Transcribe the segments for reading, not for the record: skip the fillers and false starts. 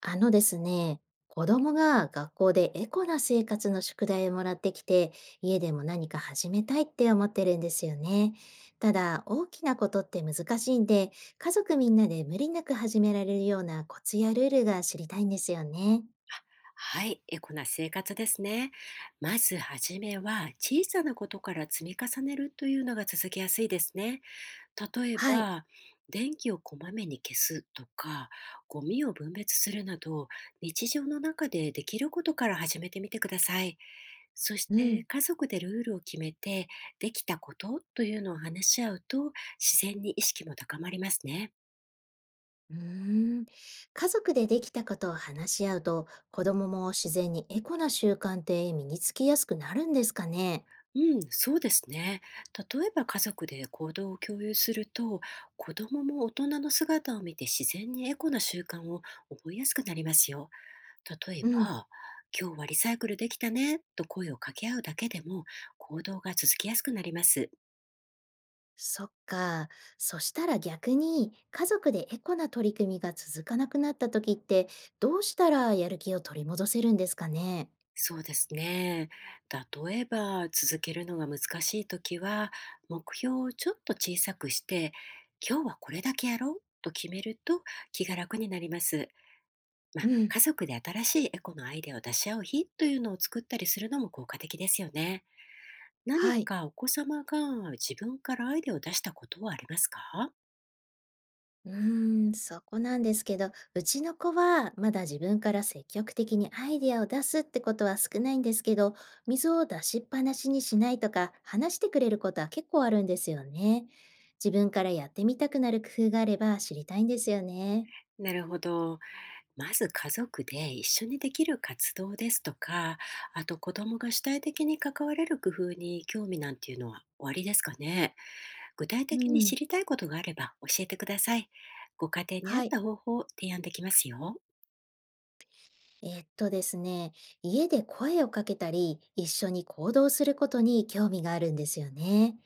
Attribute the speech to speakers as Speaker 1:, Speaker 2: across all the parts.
Speaker 1: あのですね、子供が学校でエコな生活の宿題をもらってきて、家でも何か始めたいって思ってるんですよね。ただ、大きなことって難しいんで、家族みんなで無理なく始められるようなコツやルールが知りたいんですよね。
Speaker 2: はい、エコな生活ですね。まずはじめは小さなことから積み重ねるというのが続きやすいですね。例え
Speaker 1: はい。
Speaker 2: ば、電気をこまめに消すとか、ゴミを分別するなど、日常の中でできることから始めてみてください。そし
Speaker 1: う
Speaker 2: て
Speaker 1: ん。
Speaker 2: 家族でルールを決めて、できたことというのを話し合うと、自然に意識も高まりますね。
Speaker 1: うーん。家族でできたことを話し合うと、子供も自然にエコな習慣って身につきやすくなるんですかね。
Speaker 2: うん、そうですね。例えば家族で行動を共有すると、子供も大人の姿を見て自然にエコな習慣を覚えやすくなりますよ。例え
Speaker 1: うん、
Speaker 2: ば、今日はリサイクルできたねと声を掛け合うだけでも行動が続きやすくなります。
Speaker 1: そっか。そしたら逆に、家族でエコな取り組みが続かなくなった時って、どうしたらやる気を取り戻せるんですかね？
Speaker 2: そうですね。例えば、続けるのが難しいときは、目標をちょっと小さくして、今日はこれだけやろうと決めると気が楽になります。ま
Speaker 1: う
Speaker 2: あ、
Speaker 1: ん、
Speaker 2: 家族で新しいエコのアイデアを出し合う日というのを作ったりするのも効果的ですよね。何
Speaker 1: はい。
Speaker 2: かお子様が自分からアイデアを出したことはありますか。
Speaker 1: うーん、そこなんですけど、うちの子はまだ自分から積極的にアイデアを出すってことは少ないんですけど、水を出しっぱなしにしないとか、話してくれることは結構あるんですよね。自分からやってみたくなる工夫があれば知りたいんですよね。
Speaker 2: なるほど。まず家族で一緒にできる活動ですとか、あと子供が主体的に関われる工夫に興味なんていうのはおありですかね。具体
Speaker 1: う
Speaker 2: 的に
Speaker 1: ん。
Speaker 2: 知りたいことがあれば教えてください。ご家庭に合っ
Speaker 1: はい。
Speaker 2: た方法を提案できますよ。
Speaker 1: えっとですね、家で声をかけたり、一緒に行動することに興味があるんですよね。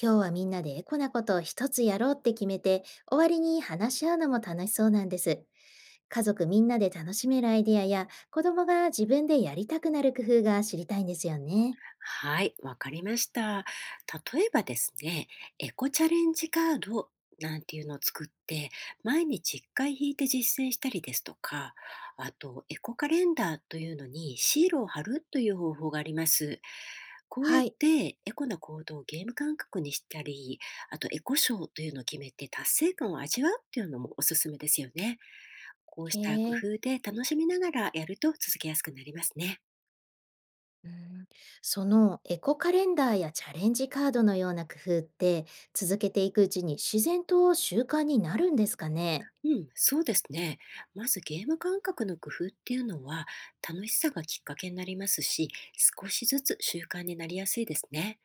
Speaker 1: 今日はみんなでエコなことを一つやろうって決めて、終わりに話し合うのも楽しそうなんです。家族みんなで楽しめるアイデアや、子供が自分でやりたくなる工夫が知りたいんですよね。
Speaker 2: はい、わかりました。例えばですね、エコチャレンジカードなんていうのを作って、毎日1回引いて実践したりですとか、あと、エコカレンダーというのにシールを貼るという方法があります。こうや
Speaker 1: は
Speaker 2: っ
Speaker 1: い。
Speaker 2: てエコな行動をゲーム感覚にしたり、あとエコ賞というのを決めて達成感を味わうっていうのもおすすめですよね。こうした工
Speaker 1: へえ。
Speaker 2: 夫で楽しみながらやると続けやすくなりますね。
Speaker 1: うん、そのエコカレンダーやチャレンジカードのような工夫って続けていくうちに自然と習慣になるんですかね？
Speaker 2: うん、そうですね。まずゲーム感覚の工夫っていうのは楽しさがきっかけになりますし、少しずつ習慣になりやすいですね。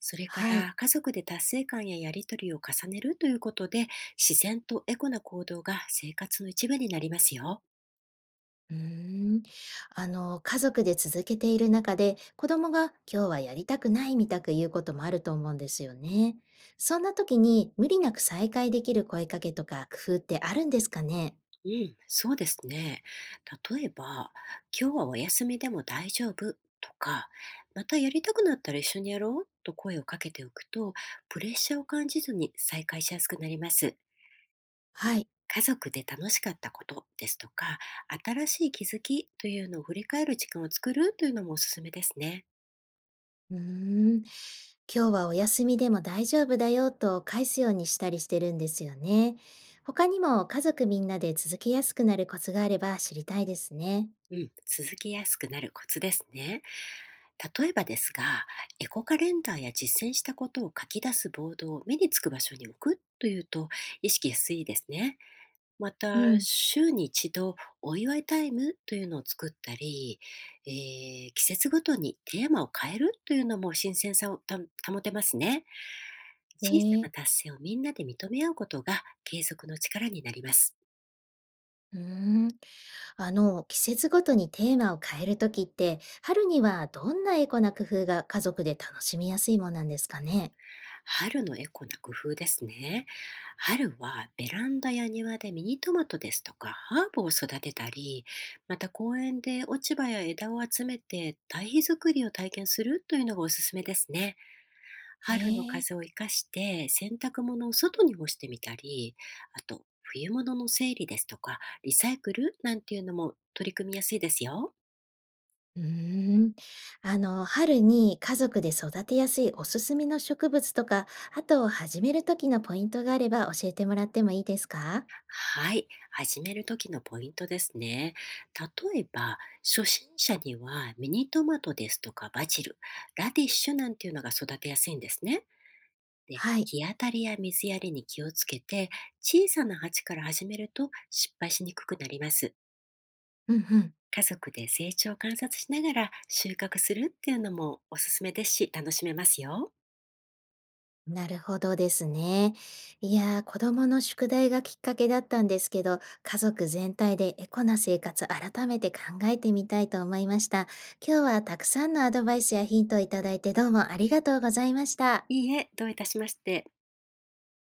Speaker 2: それか
Speaker 1: はい。
Speaker 2: ら家族で達成感ややりとりを重ねるということで、自然とエコな行動が生活の一部になりますよ。
Speaker 1: うーん、家族で続けている中で、子供が今日はやりたくないみたく言うこともあると思うんですよね。そんな時に無理なく再会できる声かけとか工夫ってあるんですかね？
Speaker 2: うん、そうですね。例えば、今日はお休みでも大丈夫とか、またやりたくなったら一緒にやろうと声をかけておくと、プレッシャーを感じずに再開しやすくなります。
Speaker 1: はい。
Speaker 2: 家族で楽しかったことですとか、新しい気づきというのを振り返る時間を作るというのもおすすめですね。
Speaker 1: うーん。今日はお休みでも大丈夫だよと返すようにしたりしてるんですよね。他にも家族みんなで続けやすくなるコツがあれば知りたいですね。
Speaker 2: うん、続きやすくなるコツですね。例えばですが、エコカレンダーや実践したことを書き出すボードを目につく場所に置くというと意識しやすいですね。ま
Speaker 1: う
Speaker 2: た、
Speaker 1: ん。
Speaker 2: 週に一度お祝いタイムというのを作ったり、え季節ごとにテーマを変えるというのも新鮮さをた保てますね。小さ
Speaker 1: ね
Speaker 2: な
Speaker 1: え。
Speaker 2: 達成をみんなで認め合うことが継続の力になります。
Speaker 1: うーん。季節ごとにテーマを変えるときって、春にはどんなエコな工夫が家族で楽しみやすいものなんですかね？
Speaker 2: 春のエコな工夫ですね。春はベランダや庭でミニトマトですとかハーブを育てたり、また公園で落ち葉や枝を集めて堆肥作りを体験するというのがおすすめですね。
Speaker 1: へ
Speaker 2: 春の
Speaker 1: え、
Speaker 2: 風を生かして洗濯物を外に干してみたり、あと冬物の整理ですとかリサイクルなんていうのも取り組みやすいですよ。
Speaker 1: うーん。春に家族で育てやすいおすすめの植物とか、あと始めるときのポイントがあれば教えてもらってもいいですか？
Speaker 2: はい、始める時のポイントですね。例えば、初心者にはミニトマトですとかバジル、ラディッシュなんていうのが育てやすいんですね。で、
Speaker 1: はい。
Speaker 2: 日当たりや水やりに気をつけて、小さな鉢から始めると失敗しにくくなります。
Speaker 1: うんうん。
Speaker 2: 家族で成長を観察しながら収穫するっていうのもおすすめですし、楽しめますよ。
Speaker 1: なるほどですね。いやー、子供の宿題がきっかけだったんですけど、家族全体でエコな生活改めて考えてみたいと思いました。今日はたくさんのアドバイスやヒントをいただいてどうもありがとうございました。
Speaker 2: いいえ、どういたしまして。